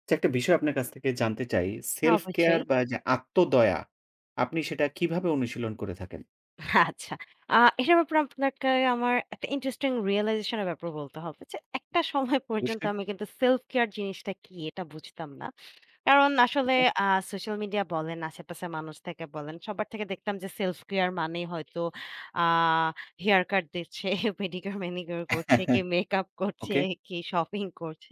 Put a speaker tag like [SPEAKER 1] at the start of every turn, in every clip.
[SPEAKER 1] আচ্ছা, একটা বিষয় আপনার কাছ থেকে জানতে চাই। সেলফ কেয়ার
[SPEAKER 2] অবশ্যই।
[SPEAKER 1] বা যে আত্মদয়া, আপনি সেটা কিভাবে অনুশীলন করে থাকেন?
[SPEAKER 2] আচ্ছা। এটার ব্যাপারে আপনাকে আমার একটা ইন্টারেস্টিং রিয়ালাইজেশন এর ব্যাপারে বলতে হবে যে, একটা সময় পর্যন্ত
[SPEAKER 1] অবশ্যই।
[SPEAKER 2] আমি কিন্তু সেলফ কেয়ার জিনিসটা কি এটা বুঝতাম না। কারণ আসলে
[SPEAKER 1] আচ্ছা।
[SPEAKER 2] আ সোশ্যাল মিডিয়া বলেন, আশেপাশের মানুষ থেকে বলেন, সবার থেকে দেখতাম যে সেলফ কেয়ার মানেই হয়তো আ হেয়ার কাট দিচ্ছে, পেডিকিউর, ম্যানিকিউর করছে, কে মেকআপ করছে,
[SPEAKER 1] ওকে।
[SPEAKER 2] কে শপিং করছে।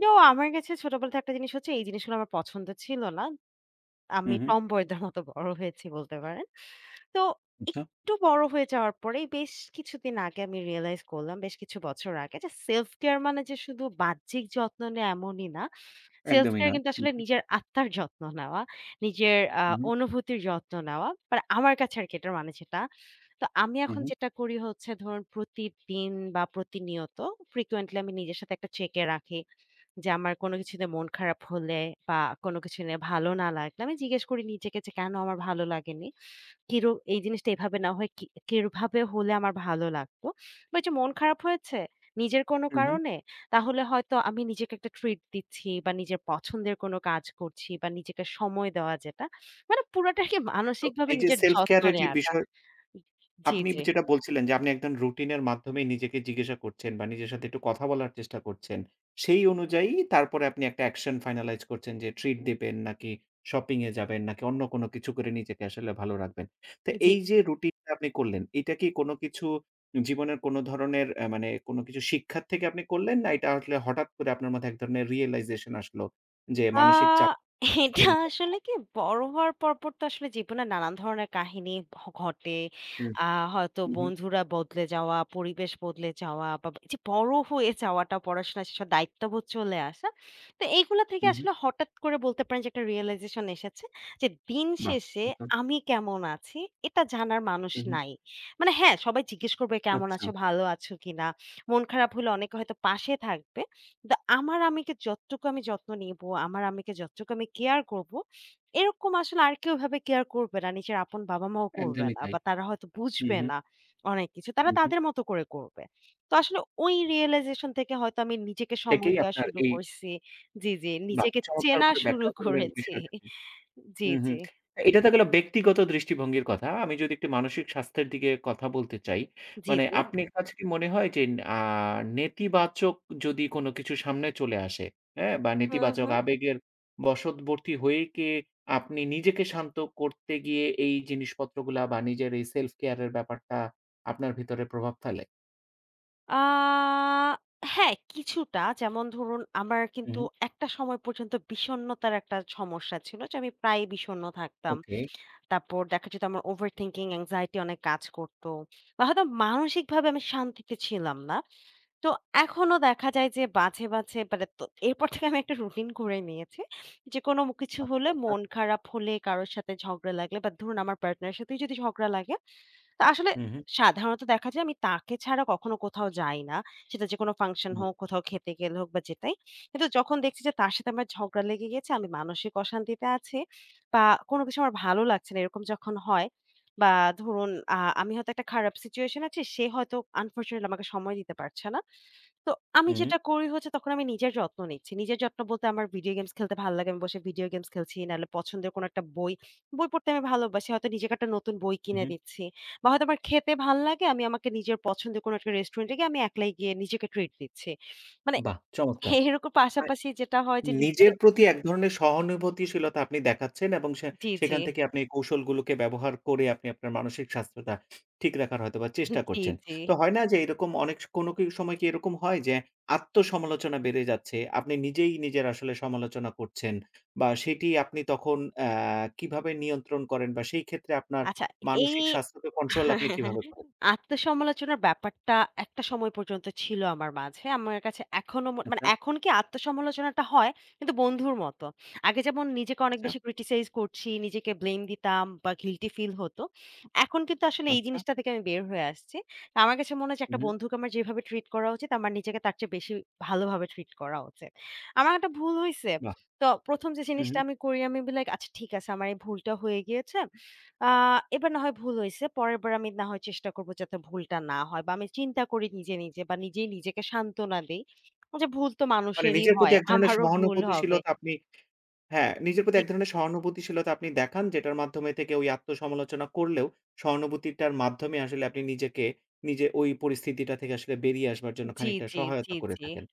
[SPEAKER 2] তো আমার কাছে ছোটবেলা থেকে একটা জিনিস হচ্ছে এই জিনিসগুলো আমার পছন্দ ছিল না। আমি
[SPEAKER 1] হুম, হুম।
[SPEAKER 2] টমবয়দের মতো বড় হয়েছি বলতে পারেন। তো
[SPEAKER 1] আচ্ছা।
[SPEAKER 2] একটু বড় হয়ে যাওয়ার পরেই বেশ কিছুদিন আগে আমি রিয়ালাইজ করলাম, বেশ কিছু বছর আগে যে সেলফ কেয়ার মানে যে শুধু বাহ্যিক যত্ন নেয়া এমনই না। সেলফ
[SPEAKER 1] একদমই
[SPEAKER 2] কেয়ার
[SPEAKER 1] নয়।
[SPEAKER 2] কিন্তু
[SPEAKER 1] হু,
[SPEAKER 2] আসলে
[SPEAKER 1] হু,
[SPEAKER 2] নিজের আত্মার যত্ন নেওয়া, নিজের
[SPEAKER 1] হু,
[SPEAKER 2] অনুভূতির যত্ন নেওয়া। মানে আমার কাছে আরকি এটার মানে যেটা। তো আমি এখন
[SPEAKER 1] হু,
[SPEAKER 2] যেটা করি হচ্ছে ধরুন প্রতিদিন বা প্রতিনিয়ত ফ্রিকোয়েন্টলি আমি নিজের সাথে একটা চেক এ রাখি। যে আমার কোনো কিছু নিয়ে মন খারাপ হলে বা কোনো কিছু নিয়ে ভালো না লাগলে আমি জিজ্ঞেস করি নিজেকে যে কেন আমার ভালো লাগেনি কিরু এই জিনিসটা এভাবে না হয় কি কিভাবে হলে আমার ভালো লাগতো বা এই যে মন খারাপ হয়েছে নিজের কোনো
[SPEAKER 1] হু, হু।
[SPEAKER 2] কারণে তাহলে হয়তো আমি নিজেকে একটা ট্রিট দিচ্ছি বা নিজের পছন্দের কোনো কাজ করছি বা নিজেকে সময় দেওয়া যেটা মানে পুরাটাকে
[SPEAKER 1] তো
[SPEAKER 2] মানসিকভাবে
[SPEAKER 1] এই যে
[SPEAKER 2] নিজের
[SPEAKER 1] সেলফ
[SPEAKER 2] যত্ন
[SPEAKER 1] কেয়ার এর যে
[SPEAKER 2] নেওয়াটা
[SPEAKER 1] বিষয়
[SPEAKER 2] জি
[SPEAKER 1] আপনি
[SPEAKER 2] জি
[SPEAKER 1] যেটা বলছিলেন যে আপনি একজন রুটিনের মাধ্যমেই নিজেকে জিজ্ঞাসা করছেন বা নিজের সাথে একটু কথা বলার চেষ্টা করছেন। সেই অনুযায়ী তারপরে আপনি একটা অ্যাকশন ফাইনালাইজ করছেন যে ট্রিট দিবেন নাকি শপিং এ যাবেন নাকি অন্য কোনো কিছু করে নিজেকে আসলে ভালো রাখবেন। তো
[SPEAKER 2] জি
[SPEAKER 1] এই যে রুটিনটা আপনি করলেন, এটা কি কোনো কিছু জীবনের কোনো ধরনের মানে কোনো কিছু শিক্ষার থেকে আপনি করলেন না এটা আসলে হঠাৎ করে আপনার মাথায় এক ধরনের রিয়ালাইজেশন আসলো যে
[SPEAKER 2] আ
[SPEAKER 1] মানসিক চাপ
[SPEAKER 2] এটা
[SPEAKER 1] জন্য
[SPEAKER 2] আসলে কি বড় হওয়ার পরপর তো আসলে জীবনে নানান ধরনের কাহিনী ঘটে।
[SPEAKER 1] হুম,
[SPEAKER 2] আ হয়তো
[SPEAKER 1] হু, হু,
[SPEAKER 2] বন্ধুরা বদলে যাওয়া, পরিবেশ বদলে যাওয়া বা এইযে বড় হয়ে যাওয়াটা, পড়াশোনা শেষে দায়িত্ববোধ চলে আসা। তো এইগুলা থেকে
[SPEAKER 1] হু, হু।
[SPEAKER 2] আসলে হঠাৎ করে বলতে পারেন যে একটা রিয়ালাইজেশন এসেছে যে দিন
[SPEAKER 1] বাহ!
[SPEAKER 2] শেষে
[SPEAKER 1] একদম।
[SPEAKER 2] আমি কেমন আছি এটা জানার মানুষ
[SPEAKER 1] হু, হু।
[SPEAKER 2] নাই। মানে হ্যাঁ, সবাই জিজ্ঞেস করবে, "কেমন
[SPEAKER 1] আচ্ছা,
[SPEAKER 2] আছো? ভালো আছো কিনা?" মন খারাপ হলে অনেকে হয়তো পাশে থাকবে। দা আমার আম্মিকে যতটুকু আমি যত্ন নিবো, আমার আম্মিকে যতটুকু আমি কেয়ার করবো, এরকম আসলে আর কেউ এভাবে কেয়ার করবে না। নিজের আপন বাবা-মাও করবে
[SPEAKER 1] একদমই
[SPEAKER 2] না
[SPEAKER 1] তাই।
[SPEAKER 2] বা তারা হয়তো
[SPEAKER 1] হু,
[SPEAKER 2] বুঝবে
[SPEAKER 1] হু।
[SPEAKER 2] না অনেক কিছু। তারা
[SPEAKER 1] হুম, হুম।
[SPEAKER 2] তাদের মতো করে করবে। তো আসলে ওই realization থেকে হয়তো আমি নিজেকে সময়
[SPEAKER 1] থেকেই
[SPEAKER 2] দেয়া
[SPEAKER 1] আপনার
[SPEAKER 2] শুরু
[SPEAKER 1] এই
[SPEAKER 2] করছি। জি, জি।
[SPEAKER 1] বাহ!
[SPEAKER 2] নিজেকে
[SPEAKER 1] চমৎকার
[SPEAKER 2] চেনা
[SPEAKER 1] করে
[SPEAKER 2] শুরু
[SPEAKER 1] ব্যাখ্যা করলেন
[SPEAKER 2] করেছি।
[SPEAKER 1] বিষয়টাকে।
[SPEAKER 2] জি,
[SPEAKER 1] হুম,
[SPEAKER 2] জি।
[SPEAKER 1] হুম। এটা তো গেল ব্যক্তিগত দৃষ্টিভঙ্গির কথা। আমি যদি একটু মানসিক স্বাস্থ্যের দিকে কথা বলতে চাই।
[SPEAKER 2] জি,
[SPEAKER 1] মানে
[SPEAKER 2] জি।
[SPEAKER 1] হুম। আপনার কাছে কি মনে হয় যে আ নেতিবাচক যদি কোনো কিছু সামনে চলে আসে, হ্যাঁ? বা
[SPEAKER 2] হু,
[SPEAKER 1] নেতিবাচক
[SPEAKER 2] হু।
[SPEAKER 1] আবেগের বশবর্তী হয়ে কি আপনি নিজেকে শান্ত করতে গিয়ে এই জিনিসপত্রগুলা বা নিজের এই সেলফ কেয়ার এর ব্যাপারটা আপনার ভিতরে প্রভাব ফেলে?
[SPEAKER 2] আ হ্যাঁ, কিছুটা। যেমন ধরুন আমার
[SPEAKER 1] হুম,
[SPEAKER 2] কিন্তু
[SPEAKER 1] হুম।
[SPEAKER 2] একটা সময় পর্যন্ত বিষণ্ণতার একটা সমস্যা ছিল যে আমি প্রায়ই বিষণ্ণ থাকতাম।
[SPEAKER 1] ওকে।
[SPEAKER 2] তারপর দেখা যেত আমার overthinking, anxiety অনেক কাজ করত। বা হয়তো মানসিকভাবে আমি শান্তিতে ছিলাম না। তো এখনো দেখা যায় যে মাঝে, মাঝে মানে তো এরপর থেকে আমি একটা রুটিন করে নিয়েছি। যে কোনো কিছু
[SPEAKER 1] বাহ!
[SPEAKER 2] হলে
[SPEAKER 1] চমৎকার।
[SPEAKER 2] মন খারাপ হলে, কারো সাথে ঝগড়া লাগলে বা ধরুন আমার পার্টনারের সাথেই যদি ঝগড়া লাগে তা আসলে
[SPEAKER 1] হুম, হুম।
[SPEAKER 2] সাধারণত দেখা যায় আমি তাকে ছাড়া কখনো কোথাও যাই না। সেটা যেকোনো ফাংশন
[SPEAKER 1] হুম,
[SPEAKER 2] হোক, কোথাও খেতে গেলে হোক বা যেটাই। কিন্তু যখন দেখছি যে তার সাথে আমার ঝগড়া লেগে গিয়েছে, আমি মানসিক অশান্তিতে আছি বা কোনো কিছু আমার ভালো লাগছে না এরকম যখন হয় বা ধরুন আমি হয়তো একটা খারাপ সিচুয়েশন আছি, সে হয়তো আনফরচুনেটলি আমাকে সময় দিতে পারছে না। তো আমি
[SPEAKER 1] হুম,
[SPEAKER 2] যেটা করি হচ্ছে তখন আমি নিজের যত্ন নিচ্ছি। নিজের যত্ন বলতে আমার ভিডিও গেমস খেলতে ভালো লাগে। আমি বসে ভিডিও গেমস খেলছি। নাহলে পছন্দের কোনো একটা বই, বই পড়তে আমি ভালোবাসি। হয়তো নিজেকে একটা নতুন বই কিনে
[SPEAKER 1] হুম।
[SPEAKER 2] দিচ্ছি। বা হয়তো আমার খেতে ভাল্লাগে, আমি আমাকে নিজের পছন্দের কোনো একটা রেস্টুরেন্টে গিয়ে আমি একলাই গিয়ে নিজেকে ট্রিট দিচ্ছি। মানে
[SPEAKER 1] বাহ! চমৎকার।
[SPEAKER 2] এরকম
[SPEAKER 1] মানে
[SPEAKER 2] পাশাপাশি যেটা হয় যে নিজেকে
[SPEAKER 1] নিজের প্রতি এক ধরনের সহানুভূতিশীলতা আপনি দেখাচ্ছেন এবং সে
[SPEAKER 2] জি, জি,
[SPEAKER 1] সেখান থেকে আপনি এই কৌশলগুলোকে ব্যবহার করে আপনি আপনার মানসিক স্বাস্থ্যটা ঠিক রাখার হয়তোবা চেষ্টা
[SPEAKER 2] জি,
[SPEAKER 1] করছেন।
[SPEAKER 2] জি।
[SPEAKER 1] তো হয় না যে এরকম অনেক কোনো কি সময় কি এরকম হয় যে আত্মসমালোচনা বেড়ে যাচ্ছে, আপনি নিজেই নিজের আসলে সমালোচনা করছেন বা সেটি আপনি তখন কিভাবে নিয়ন্ত্রণ করেন বা সেই ক্ষেত্রে আপনার
[SPEAKER 2] আচ্ছা এই
[SPEAKER 1] মানসিক স্বাস্থ্যকে কন্ট্রোল আপনি কিভাবে করেন?
[SPEAKER 2] আত্মসমালোচনার ব্যাপারটা একটা সময় পর্যন্ত ছিল আমার মাঝে। আমার কাছে এখনো মানে
[SPEAKER 1] আচ্ছা,
[SPEAKER 2] এখন কি আত্মসমালোচনাটা হয় কিন্তু বন্ধুর মতো। আগে যেমন নিজেকে অনেক
[SPEAKER 1] আচ্ছা।
[SPEAKER 2] বেশি criticize করছি, নিজেকে blame দিতাম বা guilty feel হতো। এখন কিন্তু আসলে এই
[SPEAKER 1] আচ্ছা।
[SPEAKER 2] জিনিসটা থেকে আমি বের হয়ে আসছি। আমার কাছে মনে হয় যে
[SPEAKER 1] হু,
[SPEAKER 2] একটা
[SPEAKER 1] হু।
[SPEAKER 2] বন্ধুকে আমার যেভাবে ট্রিট করা উচিত, আমার নিজেকে তার চেয়ে বেশি ভালোভাবে ট্রিট করা উচিত। আমার একটা ভুল হইছে।
[SPEAKER 1] বাহ!
[SPEAKER 2] তো ১ম যে
[SPEAKER 1] হু,
[SPEAKER 2] জিনিসটা
[SPEAKER 1] হু।
[SPEAKER 2] আমি করি আমি বলি, "আচ্ছা ঠিক আছে আমার এই ভুলটা হয়ে গিয়েছে।" আ এবার না হয় ভুল হইছে। পরেরবার আমি না হয় চেষ্টা করব যাতে ভুলটা না হয় বা আমি চিন্তা করি নিজে, নিজে বা নিজেই নিজেকে সান্ত্বনা দেই। যে ভুল তো
[SPEAKER 1] মানে
[SPEAKER 2] মানুষেরই
[SPEAKER 1] নিজের প্রতি
[SPEAKER 2] হয়।
[SPEAKER 1] এক ধরনের
[SPEAKER 2] আমারও ভুল হবে।
[SPEAKER 1] সহানুভূতিশীলতা আপনি হ্যাঁ, নিজের প্রতি এক ধরনের সহানুভূতিশীলতা আপনি দেখান, যেটার মাধ্যমে থেকে ওই আত্মসমালোচনা করলেও সহানুভূতিটার মাধ্যমে আসলে আপনি নিজেকে নিজে ওই পরিস্থিতিটা থেকে আসলে বেরিয়ে আসবার জন্য
[SPEAKER 2] জি,
[SPEAKER 1] খানিকটা
[SPEAKER 2] জি, জি,
[SPEAKER 1] সহায়তা
[SPEAKER 2] জি,
[SPEAKER 1] করে
[SPEAKER 2] জি।
[SPEAKER 1] থাকেন।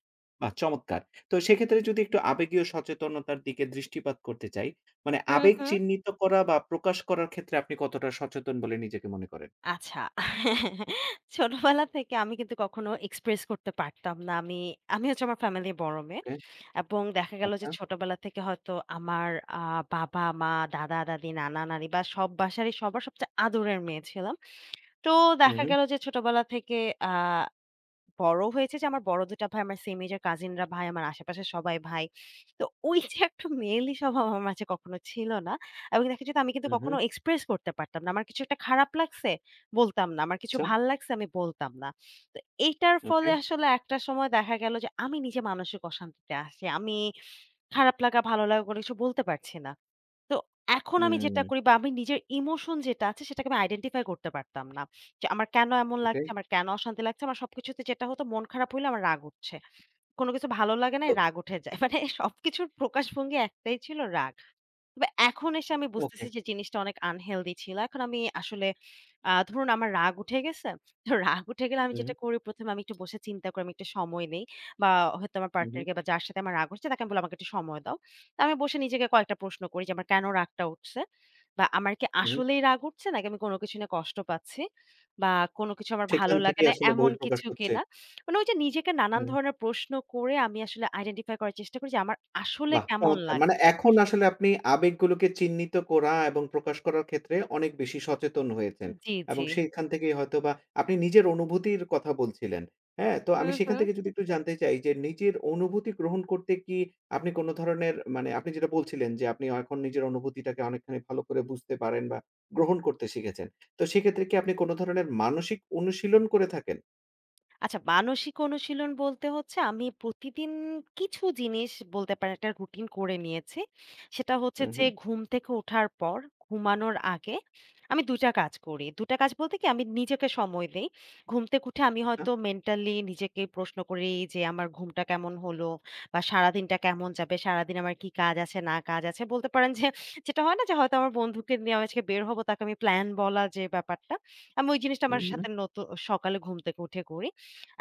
[SPEAKER 1] বাহ! চমৎকার। তো সেক্ষেত্রে যদি একটু আবেগীয় সচেতনতার দিকে দৃষ্টিপাত করতে চাই, মানে
[SPEAKER 2] হুম,
[SPEAKER 1] আবেগ
[SPEAKER 2] হুম।
[SPEAKER 1] চিহ্নিত করা বা প্রকাশ করার ক্ষেত্রে আপনি কতটা সচেতন বলে নিজেকে মনে করেন?
[SPEAKER 2] আচ্ছা। ছোটবেলা থেকে আমি কিন্তু কখনো এক্সপ্রেস করতে পারতাম না। আমি হচ্ছে আমার ফ্যামিলির বড় মেয়ে।
[SPEAKER 1] ওকে,
[SPEAKER 2] এবং দেখা গেল যে
[SPEAKER 1] আচ্ছা।
[SPEAKER 2] ছোটবেলা থেকে হয়তো আমার আ বাবা-মা, দাদা-দাদি, নানা-নানি বা সব বাসারই সবার সবচেয়ে আদরের মেয়ে ছিলাম। তো
[SPEAKER 1] হু,
[SPEAKER 2] দেখা
[SPEAKER 1] হু,
[SPEAKER 2] গেল যে ছোটবেলা থেকে আ বড় হয়েছে যে আমার বড় ২ টা ভাই আমার সেম এজের কাজিনরা ভাই, আমার আশেপাশের সবাই ভাই। তো ওই যে একটা মেয়েলি স্বভাব আমার মাঝে কখনো ছিল না। এবং দেখা যেত আমি কিন্তু
[SPEAKER 1] হু, হু,
[SPEAKER 2] কখনো এক্সপ্রেস করতে পারতাম না। আমার কিছু একটা খারাপ লাগছে বলতাম না। আমার কিছু
[SPEAKER 1] আচ্ছা,
[SPEAKER 2] ভাল লাগছে আমি বলতাম না। তো এইটার ফলে
[SPEAKER 1] ওকে,
[SPEAKER 2] আসলে একটা সময় দেখা গেল যে আমি নিজে মানসিক অশান্তিতে আছি। আমি খারাপ লাগা, ভালো লাগা কোনো কিছু বলতে পারছি না। তো এখন আমি যেটা
[SPEAKER 1] উম
[SPEAKER 2] করি বা আমি নিজের ইমোশন যেটা আছে সেটাকে আমি আইডেন্টিফাই করতে পারতাম না। যে আমার কেন এমন
[SPEAKER 1] ওকে,
[SPEAKER 2] লাগছে, আমার কেন অশান্তি লাগছে, আমার সবকিছুতে যেটা হতো মন খারাপ হইলে আমার রাগ উঠছে। কোন কিছু ভালো লাগে নাই
[SPEAKER 1] তো
[SPEAKER 2] রাগ উঠে যায়। মানে সবকিছুর প্রকাশভঙ্গি একটাই ছিল রাগ। তবে এখন এসে আমি বুঝতেছি
[SPEAKER 1] ওকে,
[SPEAKER 2] যে জিনিসটা অনেক আনহেলদি ছিল। এখন আমি আসলে ধরুন আমার রাগ উঠে গেছে। তো রাগ উঠে গেলে আমি
[SPEAKER 1] হু, হু,
[SPEAKER 2] যেটা করি ১ম এ আমি একটু বসে চিন্তা করি, আমি একটু সময় নেই। বা হয়তো আমার
[SPEAKER 1] হু, হু,
[SPEAKER 2] পার্টনারকে বা যার সাথে আমার রাগ হচ্ছে তাকে আমি বললাম, "আমাকে একটু সময় দাও।" তো আমি বসে নিজেকে কয়েকটা প্রশ্ন করি যে আমার কেন রাগটা উঠছে? বা আমার কি
[SPEAKER 1] হু।
[SPEAKER 2] আসলেই রাগ উঠছে নাকি আমি কোনো কিছু নিয়ে কষ্ট পাচ্ছি? বা কোনো কিছু আমার ভালো
[SPEAKER 1] সেখান
[SPEAKER 2] লাগে
[SPEAKER 1] থেকেই
[SPEAKER 2] না
[SPEAKER 1] আসলে
[SPEAKER 2] এমন
[SPEAKER 1] বহিঃপ্রকাশ
[SPEAKER 2] কিছু
[SPEAKER 1] হচ্ছে।
[SPEAKER 2] কিনা? মানে ওই যে নিজেকে নানান
[SPEAKER 1] হু।
[SPEAKER 2] ধরনের প্রশ্ন করে আমি আসলে আইডেন্টিফাই করার চেষ্টা করি যে আমার আসলে
[SPEAKER 1] বাহ!
[SPEAKER 2] কেমন
[SPEAKER 1] চমৎকার। মানে
[SPEAKER 2] লাগছে।
[SPEAKER 1] এখন আসলে আপনি আবেগগুলোকে চিহ্নিত করা এবং প্রকাশ করার ক্ষেত্রে অনেক বেশি সচেতন হয়েছেন।
[SPEAKER 2] জি, জি।
[SPEAKER 1] এবং সেইখান থেকেই হয়তোবা আপনি নিজের অনুভূতির কথা বলছিলেন। হ্যাঁ? তো আমি
[SPEAKER 2] হুম,
[SPEAKER 1] সেখান
[SPEAKER 2] হুম।
[SPEAKER 1] থেকে যদি একটু জানতে চাই যে নিজের অনুভূতি গ্রহণ করতে কি আপনি কোন ধরনের মানে আপনি যেটা বলছিলেন যে আপনি এখন নিজের অনুভূতিটাকে অনেকখানি ভালো করে বুঝতে পারেন বা গ্রহণ করতে শিখেছেন। তো সেক্ষেত্রে কি আপনি কোন ধরনের মানসিক অনুশীলন করে থাকেন?
[SPEAKER 2] আচ্ছা মানসিক অনুশীলন বলতে হচ্ছে আমি প্রতিদিন কিছু জিনিস বলতে পারেন একটা রুটিন করে নিয়েছি। সেটা হচ্ছে
[SPEAKER 1] হু,
[SPEAKER 2] যে
[SPEAKER 1] হু।
[SPEAKER 2] ঘুম থেকে ওঠার পর, ঘুমানোর আগে আমি ২ টা কাজ করি। ২ টা কাজ বলতে কি আমি নিজেকে সময় দেই। ঘুম থেকে উঠে আমি
[SPEAKER 1] আচ্ছা।
[SPEAKER 2] হয়তো মেন্টালি নিজেকে প্রশ্ন করি যে আমার ঘুমটা কেমন হলো? বা সারাদিনটা কেমন যাবে? সারাদিন আমার কি কাজ আছে না কাজ আছে? বলতে পারেন যে যেটা হয় না যে হয়তো আমার বন্ধুকে নিয়ে আমি আজকে বের হব তাকে আমি প্লান বলা যে ব্যাপারটা, আমি ওই জিনিসটা
[SPEAKER 1] হু,
[SPEAKER 2] আমার
[SPEAKER 1] হু,
[SPEAKER 2] সাথে নতু সকালে ঘুম থেকে উঠে করি।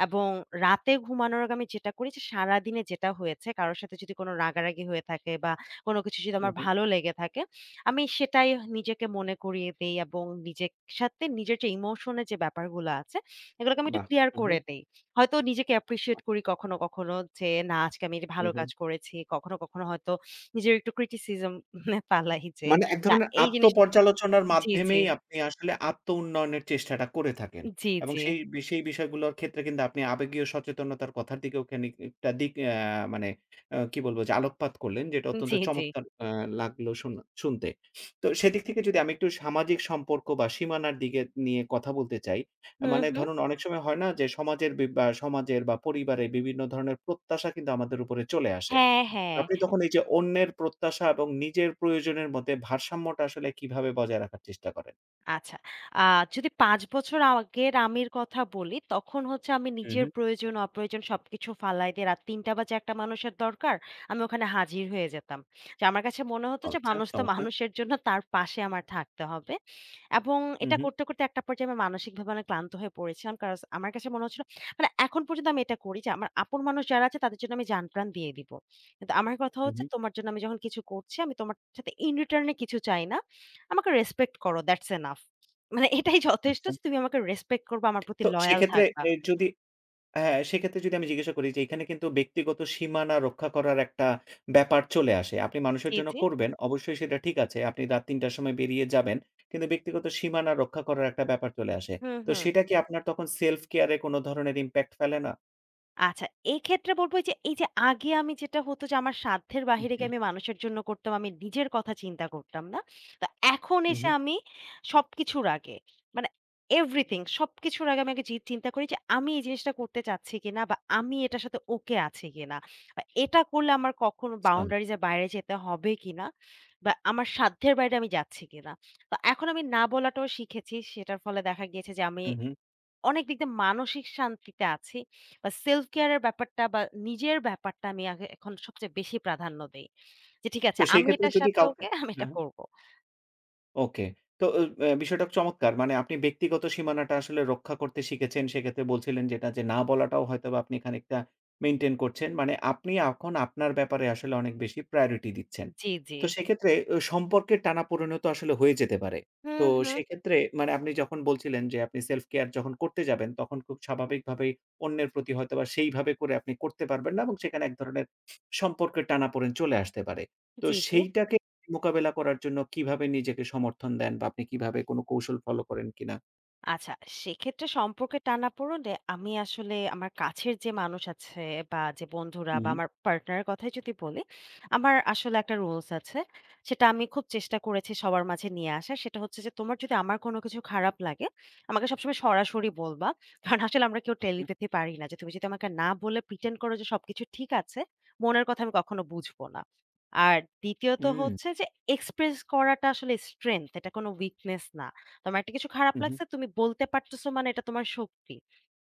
[SPEAKER 2] এবং রাতে ঘুমানোর আগে আমি যেটা করি যে সারাদিনে যেটা হয়েছে কারো সাথে যদি কোনো রাগারাগি হয়ে থাকে বা কোনো কিছু যদি
[SPEAKER 1] হু,
[SPEAKER 2] আমার
[SPEAKER 1] হু।
[SPEAKER 2] ভালো লেগে থাকে, আমি সেটাই নিজেকে মনে করিয়ে দেই এবং নিজের সাথে নিজের যে ইমোশন এর যে ব্যাপারগুলো আছে এগুলোকে আমি একটু
[SPEAKER 1] বাহ!
[SPEAKER 2] ক্লিয়ার
[SPEAKER 1] হু, হু।
[SPEAKER 2] করে দেই। হয়তো নিজেকে অ্যাপ্রিশিয়েট
[SPEAKER 1] বাহ!
[SPEAKER 2] করি কখনো, কখনো যে না আজকে আমি এটা
[SPEAKER 1] হু,
[SPEAKER 2] ভালো
[SPEAKER 1] হু।
[SPEAKER 2] কাজ করেছি। কখনো, কখনো হয়তো নিজের একটু criticism ফালাই যে
[SPEAKER 1] মানে এক
[SPEAKER 2] না
[SPEAKER 1] ধরনের
[SPEAKER 2] এই জিনিসটা
[SPEAKER 1] আত্মপর্যালোচনার
[SPEAKER 2] জি, জি,
[SPEAKER 1] মাধ্যমেই আপনি আসলে আত্ম-উন্নয়নের চেষ্টাটা করে থাকেন।
[SPEAKER 2] জি, জি,
[SPEAKER 1] এবং
[SPEAKER 2] জি,
[SPEAKER 1] সেই বিষয়গুলোর ক্ষেত্রে কিন্তু আপনি আবেগীয় সচেতনতার কথার দিকেও খানিকটা দিক মানে কি বলবো যে আলোকপাত করলেন যেটা অত্যন্ত
[SPEAKER 2] জি।
[SPEAKER 1] চমৎকার লাগলো শোনা শুনতে। তো সেদিক থেকে যদি আমি একটু সামাজিক সম্পর্ক বা সীমানার দিকে নিয়ে কথা বলতে চাই।
[SPEAKER 2] হুম,
[SPEAKER 1] মানে
[SPEAKER 2] হুম।
[SPEAKER 1] ধরুন অনেক সময় হয় না যে সমাজের বা পরিবারের বিভিন্ন ধরনের প্রত্যাশা কিন্তু আমাদের উপরে চলে আসে।
[SPEAKER 2] হ্যাঁ, হ্যাঁ।
[SPEAKER 1] আপনি তখন এই যে অন্যের প্রত্যাশা এবং নিজের প্রয়োজনের মধ্যে ভারসাম্যটা আসলে কিভাবে বজায় রাখার চেষ্টা করেন?
[SPEAKER 2] আচ্ছা। আ যদি ৫ বছর আগের আমির কথা বলি, তখন হচ্ছে আমি
[SPEAKER 1] হু,
[SPEAKER 2] নিজের
[SPEAKER 1] হু।
[SPEAKER 2] প্রয়োজন, অপ্রয়োজন সবকিছু ফালাই দিয়ে রাত ৩ঃ০০ বাজে একটা মানুষের দরকার, আমি ওখানে হাজির হয়ে যেতাম। যে আমার কাছে মনে হতো যে
[SPEAKER 1] আচ্ছা
[SPEAKER 2] মানুষ তো
[SPEAKER 1] চমৎকার।
[SPEAKER 2] মানুষের জন্য তার পাশে আমার থাকতে হবে। এবং
[SPEAKER 1] হু,
[SPEAKER 2] এটা
[SPEAKER 1] হু,
[SPEAKER 2] করতে, করতে একটা পর্যায়ে আমি মানসিকভাবে অনেক ক্লান্ত হয়ে পড়েছিলাম। কারণ আমার কাছে মনে হচ্ছিল মানে এখন পর্যন্ত আমি এটা করি যে আমার আপন মানুষ যারা আছে তাদের জন্য আমি জান-প্রাণ দিয়ে দিব। কিন্তু আমার কথা
[SPEAKER 1] হু,
[SPEAKER 2] হচ্ছে
[SPEAKER 1] হু।
[SPEAKER 2] তোমার জন্য আমি যখন কিছু করছি আমি তোমার সাথে in return এ কিছু চাই না। আমাকে রেসপেক্ট করো। That's enough. মানে এটাই যথেষ্ট
[SPEAKER 1] আচ্ছা।
[SPEAKER 2] যে তুমি আমাকে রেসপেক্ট করবা, আমার প্রতি
[SPEAKER 1] তো
[SPEAKER 2] লয়াল
[SPEAKER 1] সেক্ষেত্রে
[SPEAKER 2] থাকবা।
[SPEAKER 1] এ যদি হ্যাঁ, সেক্ষেত্রে যদি আমি জিজ্ঞাসা করি যে এখানে কিন্তু ব্যক্তিগত সীমানা রক্ষা করার একটা ব্যাপার চলে আসে। আপনি মানুষের
[SPEAKER 2] জি,
[SPEAKER 1] জন্য
[SPEAKER 2] জি।
[SPEAKER 1] করবেন, অবশ্যই সেটা ঠিক আছে। আপনি রাত ৩ টার সময় বেরিয়ে যাবেন। কিন্তু ব্যক্তিগত সীমানা রক্ষা করার একটা ব্যাপার চলে আসে।
[SPEAKER 2] হু,
[SPEAKER 1] তো
[SPEAKER 2] হু।
[SPEAKER 1] সেটা কি আপনার তখন self care এ কোনো ধরনের impact ফেলে না?
[SPEAKER 2] আচ্ছা, এক্ষেত্রে বলব যে এই যে আগে আমি যেটা হতো যে আমার সাধ্যের
[SPEAKER 1] হু,
[SPEAKER 2] বাহিরে গিয়ে
[SPEAKER 1] হুম।
[SPEAKER 2] আমি মানুষের জন্য করতাম। আমি নিজের কথা চিন্তা করতাম না। তো এখন
[SPEAKER 1] হু,
[SPEAKER 2] এসে
[SPEAKER 1] হু।
[SPEAKER 2] আমি সবকিছুর আগে মানে এভরিথিং সবকিছুর আগে আমি আগে জি চিন্তা করি যে আমি এই জিনিসটা করতে চাচ্ছি কিনা বা আমি এটার সাথে ওকে আছি কিনা? বা এটা করলে আমার কখনো
[SPEAKER 1] আচ্ছা।
[SPEAKER 2] বাউন্ডারিজ এর বাইরে যেতে হবে কিনা? বা আমার সাধ্যের বাইরে আমি যাচ্ছি কিনা? তো এখন আমি না বলাটাও শিখেছি। সেটার ফলে দেখা গিয়েছে যে আমি
[SPEAKER 1] হু, হু।
[SPEAKER 2] অনেক দিক দিয়ে মানসিক শান্তিতে আছি। বা self care এর ব্যাপারটা বা নিজের ব্যাপারটা আমি আগে এখন সবচেয়ে বেশি প্রাধান্য দেই। যে ঠিক আছে
[SPEAKER 1] তো সেই
[SPEAKER 2] আমি
[SPEAKER 1] ক্ষেত্রে
[SPEAKER 2] এটার সাথে ওকে, আমি এটা
[SPEAKER 1] হ্যাঁ,
[SPEAKER 2] করব।
[SPEAKER 1] ওকে। তো অ অ্যা বিষয়টা চমৎকার। মানে আপনি ব্যক্তিগত সীমানাটা আসলে রক্ষা করতে শিখেছেন। সেক্ষেত্রে বলছিলেন যেটা যে, না বলাটাও হয়তোবা আপনি খানিকটা মেইনটেইন করছেন। মানে আপনি এখন আপনার ব্যাপারে আসলে অনেক বেশি প্রায়োরিটি দিচ্ছেন।
[SPEAKER 2] জি, জি।
[SPEAKER 1] তো সেক্ষেত্রে সম্পর্কের টানাপোড়েনও তো আসলে হয়ে যেতে পারে।
[SPEAKER 2] হুম,
[SPEAKER 1] তো
[SPEAKER 2] হুম।
[SPEAKER 1] সেক্ষেত্রে মানে আপনি যখন বলছিলেন যে, আপনি সেলফ কেয়ার যখন করতে যাবেন, তখন খুব স্বাভাবিকভাবেই অন্যের প্রতি হয়তোবা সেইভাবে করে আপনি করতে পারবেন না এবং সেখানে এক ধরনের সম্পর্কের টানাপোড়েন চলে আসতে পারে। তো
[SPEAKER 2] জি, জি।
[SPEAKER 1] সেইটাকে মোকাবেলা করার জন্য কিভাবে নিজেকে সমর্থন দেন বা আপনি কিভাবে কোনো কৌশল ফলো করেন কিনা?
[SPEAKER 2] আচ্ছা, সেক্ষেত্রে সম্পর্কের টানাপোড়েনে আমি আসলে আমার কাছের যে মানুষ আছে বা যে বন্ধুরা বা
[SPEAKER 1] হুম,
[SPEAKER 2] আমার পার্টনারের কথাই যদি বলি, আমার আসলে একটা রুলস আছে। সেটা আমি খুব চেষ্টা করেছি সবার মাঝে নিয়ে আসার। সেটা হচ্ছে যে, "তোমার যদি আমার কোনো কিছু খারাপ লাগে, আমাকে সবসময় সরাসরি বলবা।" কারণ আসলে আমরা কেউ
[SPEAKER 1] আচ্ছা।
[SPEAKER 2] টেলিপ্যাথি পারি না যে, তুমি যদি আমাকে না বলে প্রিটেন্ড করো যে সবকিছু ঠিক আছে, মনের কথা আমি কখনো বুঝবো না। আর দ্বিতীয়ত
[SPEAKER 1] হুম,
[SPEAKER 2] হচ্ছে যে, এক্সপ্রেস করাটা আসলে স্ট্রেংথ, এটা কোনো উইকনেস না। তোমার একটা কিছু খারাপ
[SPEAKER 1] হু, হু।
[SPEAKER 2] লাগছে তুমি বলতে পারতেছো মানে এটা তোমার শক্তি।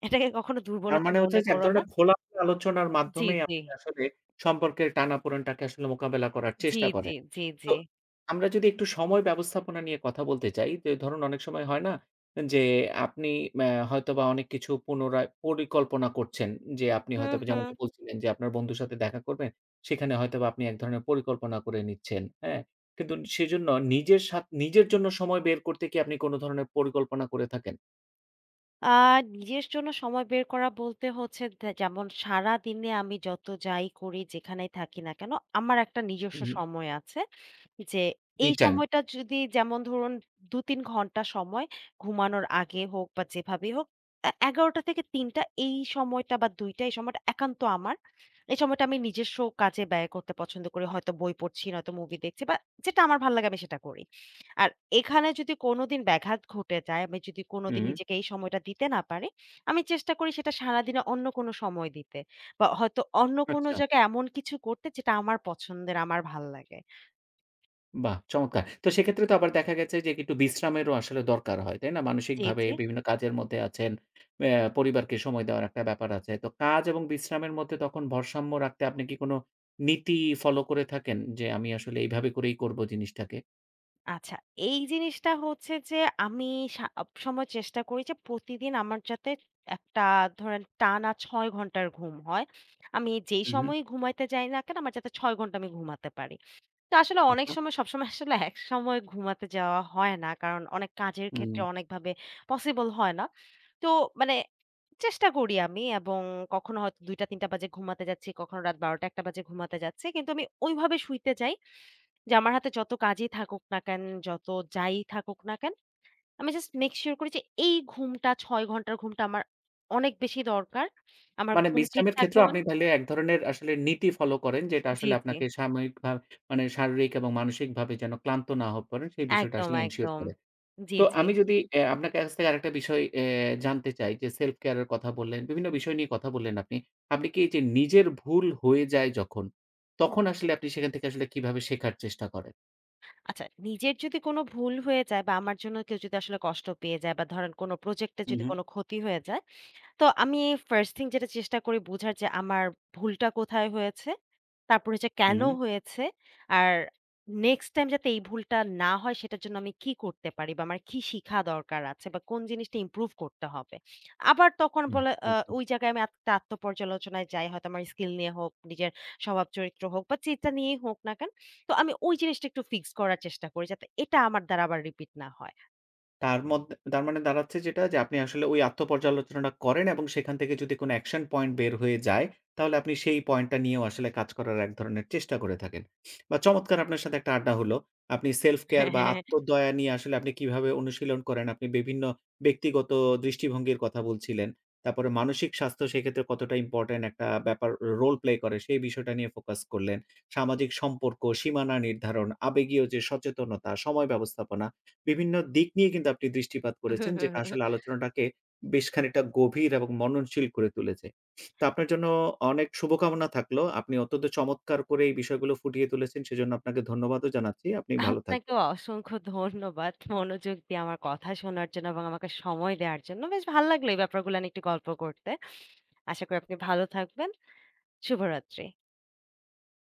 [SPEAKER 2] এটাকে কখনো
[SPEAKER 1] তার
[SPEAKER 2] দুর্বলতা
[SPEAKER 1] মানে হচ্ছে
[SPEAKER 2] মনে
[SPEAKER 1] যে এক
[SPEAKER 2] করো না।
[SPEAKER 1] ধরনের খোলামেলা আলোচনার
[SPEAKER 2] জি,
[SPEAKER 1] মাধ্যমেই
[SPEAKER 2] জি।
[SPEAKER 1] আপনি আসলে সম্পর্কের টানাপোড়েনটাকে আসলে মোকাবেলা করার
[SPEAKER 2] জি,
[SPEAKER 1] চেষ্টা
[SPEAKER 2] জি,
[SPEAKER 1] করেন।
[SPEAKER 2] জি, জি।
[SPEAKER 1] তো আমরা যদি একটু সময় ব্যবস্থাপনা নিয়ে কথা বলতে চাই, যে ধরুন অনেক সময় হয় না? যে আপনি হয়তোবা অনেক কিছু পুনরায় পরিকল্পনা করছেন। যে আপনি
[SPEAKER 2] হুম,
[SPEAKER 1] হয়তোবা হুম।
[SPEAKER 2] হুম।
[SPEAKER 1] যেমনটা বলছিলেন যে আপনার বন্ধুর সাথে দেখা করবেন। সেখানে হয়তোবা আপনি এক ধরনের পরিকল্পনা করে নিচ্ছেন, হ্যাঁ? কিন্তু সেজন্য নিজের জন্য সময় বের করতে কি আপনি কোন ধরনের পরিকল্পনা করে থাকেন?
[SPEAKER 2] আ নিজের জন্য সময় বের করা বলতে হচ্ছে দে যেমন সারাদিনে আমি যত যাই করি, যেখানেই থাকি না কেন, আমার একটা নিজস্ব
[SPEAKER 1] হুম,
[SPEAKER 2] সময় আছে। যে
[SPEAKER 1] মি
[SPEAKER 2] এই
[SPEAKER 1] টাইম।
[SPEAKER 2] সময়টা যদি যেমন ধরুন ২-৩ ঘন্টা সময় ঘুমানোর আগে হোক বা যেভাবেই হোক, এ ১১টা থেকে ৩টা এই সময়টা বা ২টা এই সময়টা একান্ত আমার। এই সময়টা আমি নিজস্ব কাজে ব্যয় করতে পছন্দ করি। হয়তো বই পড়ছি, নয়তো মুভি দেখছি বা যেটা আমার ভাল লাগে আমি সেটা করি। আর এখানে যদি কোনোদিন ব্যাঘাত ঘটে যায়, আমি যদি কোনোদিন
[SPEAKER 1] হুম। Me time.
[SPEAKER 2] নিজেকে এই সময়টা দিতে না পারি, আমি চেষ্টা করি সেটা সারাদিনে অন্য কোনো সময় দিতে। বা হয়তো অন্য
[SPEAKER 1] হুম,
[SPEAKER 2] কোনো
[SPEAKER 1] আচ্ছা।
[SPEAKER 2] জায়গায় এমন কিছু করতে যেটা আমার পছন্দের, আমার ভাল্লাগে।
[SPEAKER 1] বাহ! চমৎকার। তো সেক্ষেত্রে তো আবার দেখা গেছে যে একটু বিশ্রামেরও আসলে দরকার হয়, তাই না?
[SPEAKER 2] জি,
[SPEAKER 1] মানসিকভাবে
[SPEAKER 2] জি।
[SPEAKER 1] বিভিন্ন কাজের মধ্যে আছেন, অ্যা পরিবারকে সময় দেওয়ার একটা ব্যাপার আছে। তো কাজ এবং বিশ্রামের মধ্যে তখন ভারসাম্য রাখতে আপনি কি কোনো নীতি ফলো করে থাকেন? যে আমি আসলে এইভাবে করেই করবো জিনিসটাকে?
[SPEAKER 2] আচ্ছা, এই জিনিসটা হচ্ছে যে আমি সব সময় চেষ্টা করি যে প্রতিদিন আমার যাতে একটা ধরেন টানা ৬ ঘন্টার ঘুম হয়। আমি যেই
[SPEAKER 1] হু, হু।
[SPEAKER 2] সময়ই ঘুমাইতে যাই না কেন, আমার যাতে ৬ ঘন্টা আমি ঘুমাতে পারি। তো আসলে অনেক
[SPEAKER 1] আচ্ছা।
[SPEAKER 2] সময় সবসময় আসলে একসময় ঘুমাতে যাওয়া হয় না। কারণ অনেক কাজের
[SPEAKER 1] হুম।
[SPEAKER 2] ক্ষেত্রে অনেকভাবে পসিবল হয় না। তো মানে চেষ্টা করি আমি এবং কখনো হয়তো ২ঃ০০-৩ঃ০০ বাজে ঘুমাতে যাচ্ছি, কখনো রাত ১২ঃ০০-১টা বাজে ঘুমাতে যাচ্ছি। কিন্তু আমি ওইভাবে শুইতে যাই যে আমার হাতে যত কাজই থাকুক না কেন, যত যাই থাকুক না কেন, আমি জাস্ট মেক সিউর করি যে এই ঘুমটা ৬ ঘন্টার ঘুমটা আমার অনেক বেশি দরকার। আমার
[SPEAKER 1] মানে
[SPEAKER 2] ঘুম ঠিক
[SPEAKER 1] বিশ্রামের
[SPEAKER 2] থাকবে
[SPEAKER 1] ক্ষেত্রেও
[SPEAKER 2] মানে
[SPEAKER 1] আপনি তাহলে এক ধরনের আসলে নীতি ফলো করেন যেটা
[SPEAKER 2] জি,
[SPEAKER 1] আসলে
[SPEAKER 2] জি।
[SPEAKER 1] আপনাকে মানে শারীরিক এবং মানসিকভাবে যেন ক্লান্ত না হয়ে পড়েন সেই বিষয়টা
[SPEAKER 2] একদম,
[SPEAKER 1] আসলে এনশিওর
[SPEAKER 2] একদম।
[SPEAKER 1] করে।
[SPEAKER 2] জি,
[SPEAKER 1] তো
[SPEAKER 2] জি।
[SPEAKER 1] আমি যদি আপনার কাছ থেকে আরেকটা বিষয় জানতে চাই যে সেলফ কেয়ার এর কথা বললেন, বিভিন্ন বিষয় নিয়ে কথা বললেন আপনি। আপনি কি এই যে নিজের ভুল হয়ে যায় যখন, তখন আসলে আপনি সেখান থেকে আসলে কিভাবে শেখার চেষ্টা করেন?
[SPEAKER 2] আচ্ছা, নিজের যদি কোনো ভুল হয়ে যায় বা আমার জন্য কেউ যদি আসলে কষ্ট পেয়ে যায় বা ধরেন কোনো প্রজেক্টে
[SPEAKER 1] হু,
[SPEAKER 2] যদি
[SPEAKER 1] হু,
[SPEAKER 2] কোনো ক্ষতি হয়ে যায়, তো আমি 1st থিং যেটা চেষ্টা করি বুঝার যে আমার ভুলটা কোথায় হয়েছে তারপর হচ্ছে
[SPEAKER 1] হু,
[SPEAKER 2] কেন
[SPEAKER 1] হু।
[SPEAKER 2] হয়েছে? আর নেক্সট টাইম যাতে এই ভুলটা না হয় সেটার জন্য আমি কি করতে পারি বা আমার কি শিখা দরকার আছে বা কোন জিনিসটা ইমপ্রুভ করতে হবে। আবার তখন
[SPEAKER 1] বাহ!
[SPEAKER 2] বলে
[SPEAKER 1] চমৎকার।
[SPEAKER 2] ওই জায়গায় আমি একটা আত্মপর্যালোচনায় যাই। হয়তো আমার স্কিল নিয়ে হোক, নিজের স্বভাব চরিত্র হোক বা যেটা নিয়েই হোক না কেন। তো আমি ওই জিনিসটা একটু ফিক্স করার চেষ্টা করি যাতে এটা আমার দ্বারা আবার রিপিট না হয়।
[SPEAKER 1] তার মানে দাঁড়াচ্ছে যেটা যে আপনি আসলে ওই আত্মপর্যালোচনাটা করেন এবং সেখান থেকে যদি কোনো অ্যাকশন পয়েন্ট বের হয়ে যায়, তাহলে আপনি সেই পয়েন্টটা নিয়েও আসলে কাজ করার এক ধরনের চেষ্টা করে থাকেন। বা চমৎকার আপনার সাথে একটা আড্ডা হলো। আপনি সেলফ কেয়ার বা আত্মদয়া নিয়ে আসলে আপনি কিভাবে অনুশীলন করেন, আপনি বিভিন্ন ব্যক্তিগত দৃষ্টিভঙ্গির কথা বলছিলেন। তারপরে মানসিক স্বাস্থ্য সেক্ষেত্রে কতটা ইম্পোর্টেন্ট একটা ব্যাপার রোল প্লে করে সেই বিষয়টা নিয়ে ফোকাস করলেন। সামাজিক সম্পর্ক, সীমানা নির্ধারণ, আবেগীয় যে সচেতনতা, সময় ব্যবস্থাপনা বিভিন্ন দিক নিয়ে কিন্তু আপনি দৃষ্টিপাত করেছেন, যেটা আসলে আলোচনাটাকে বেশ খানিকটা গভীর এবং মননশীল করে তুলেছে। তো আপনার জন্য অনেক শুভকামনা থাকলো। আপনি অত্যন্ত চমৎকার করে এই বিষয়গুলো ফুটিয়ে তুলেছেন। সেজন্য আপনাকে ধন্যবাদও জানাচ্ছি। আপনি ভালো থাকবেন।
[SPEAKER 2] আপনাকেও অসংখ্য ধন্যবাদ। মনোযোগ দিয়ে আমার কথা শোনার জন্য এবং আমাকে সময় দেওয়ার জন্য। বেশ ভাল লাগলো এই ব্যাপারগুলো নিয়ে একটু গল্প করতে। আশা করি আপনি ভালো থাকবেন। শুভরাত্রি।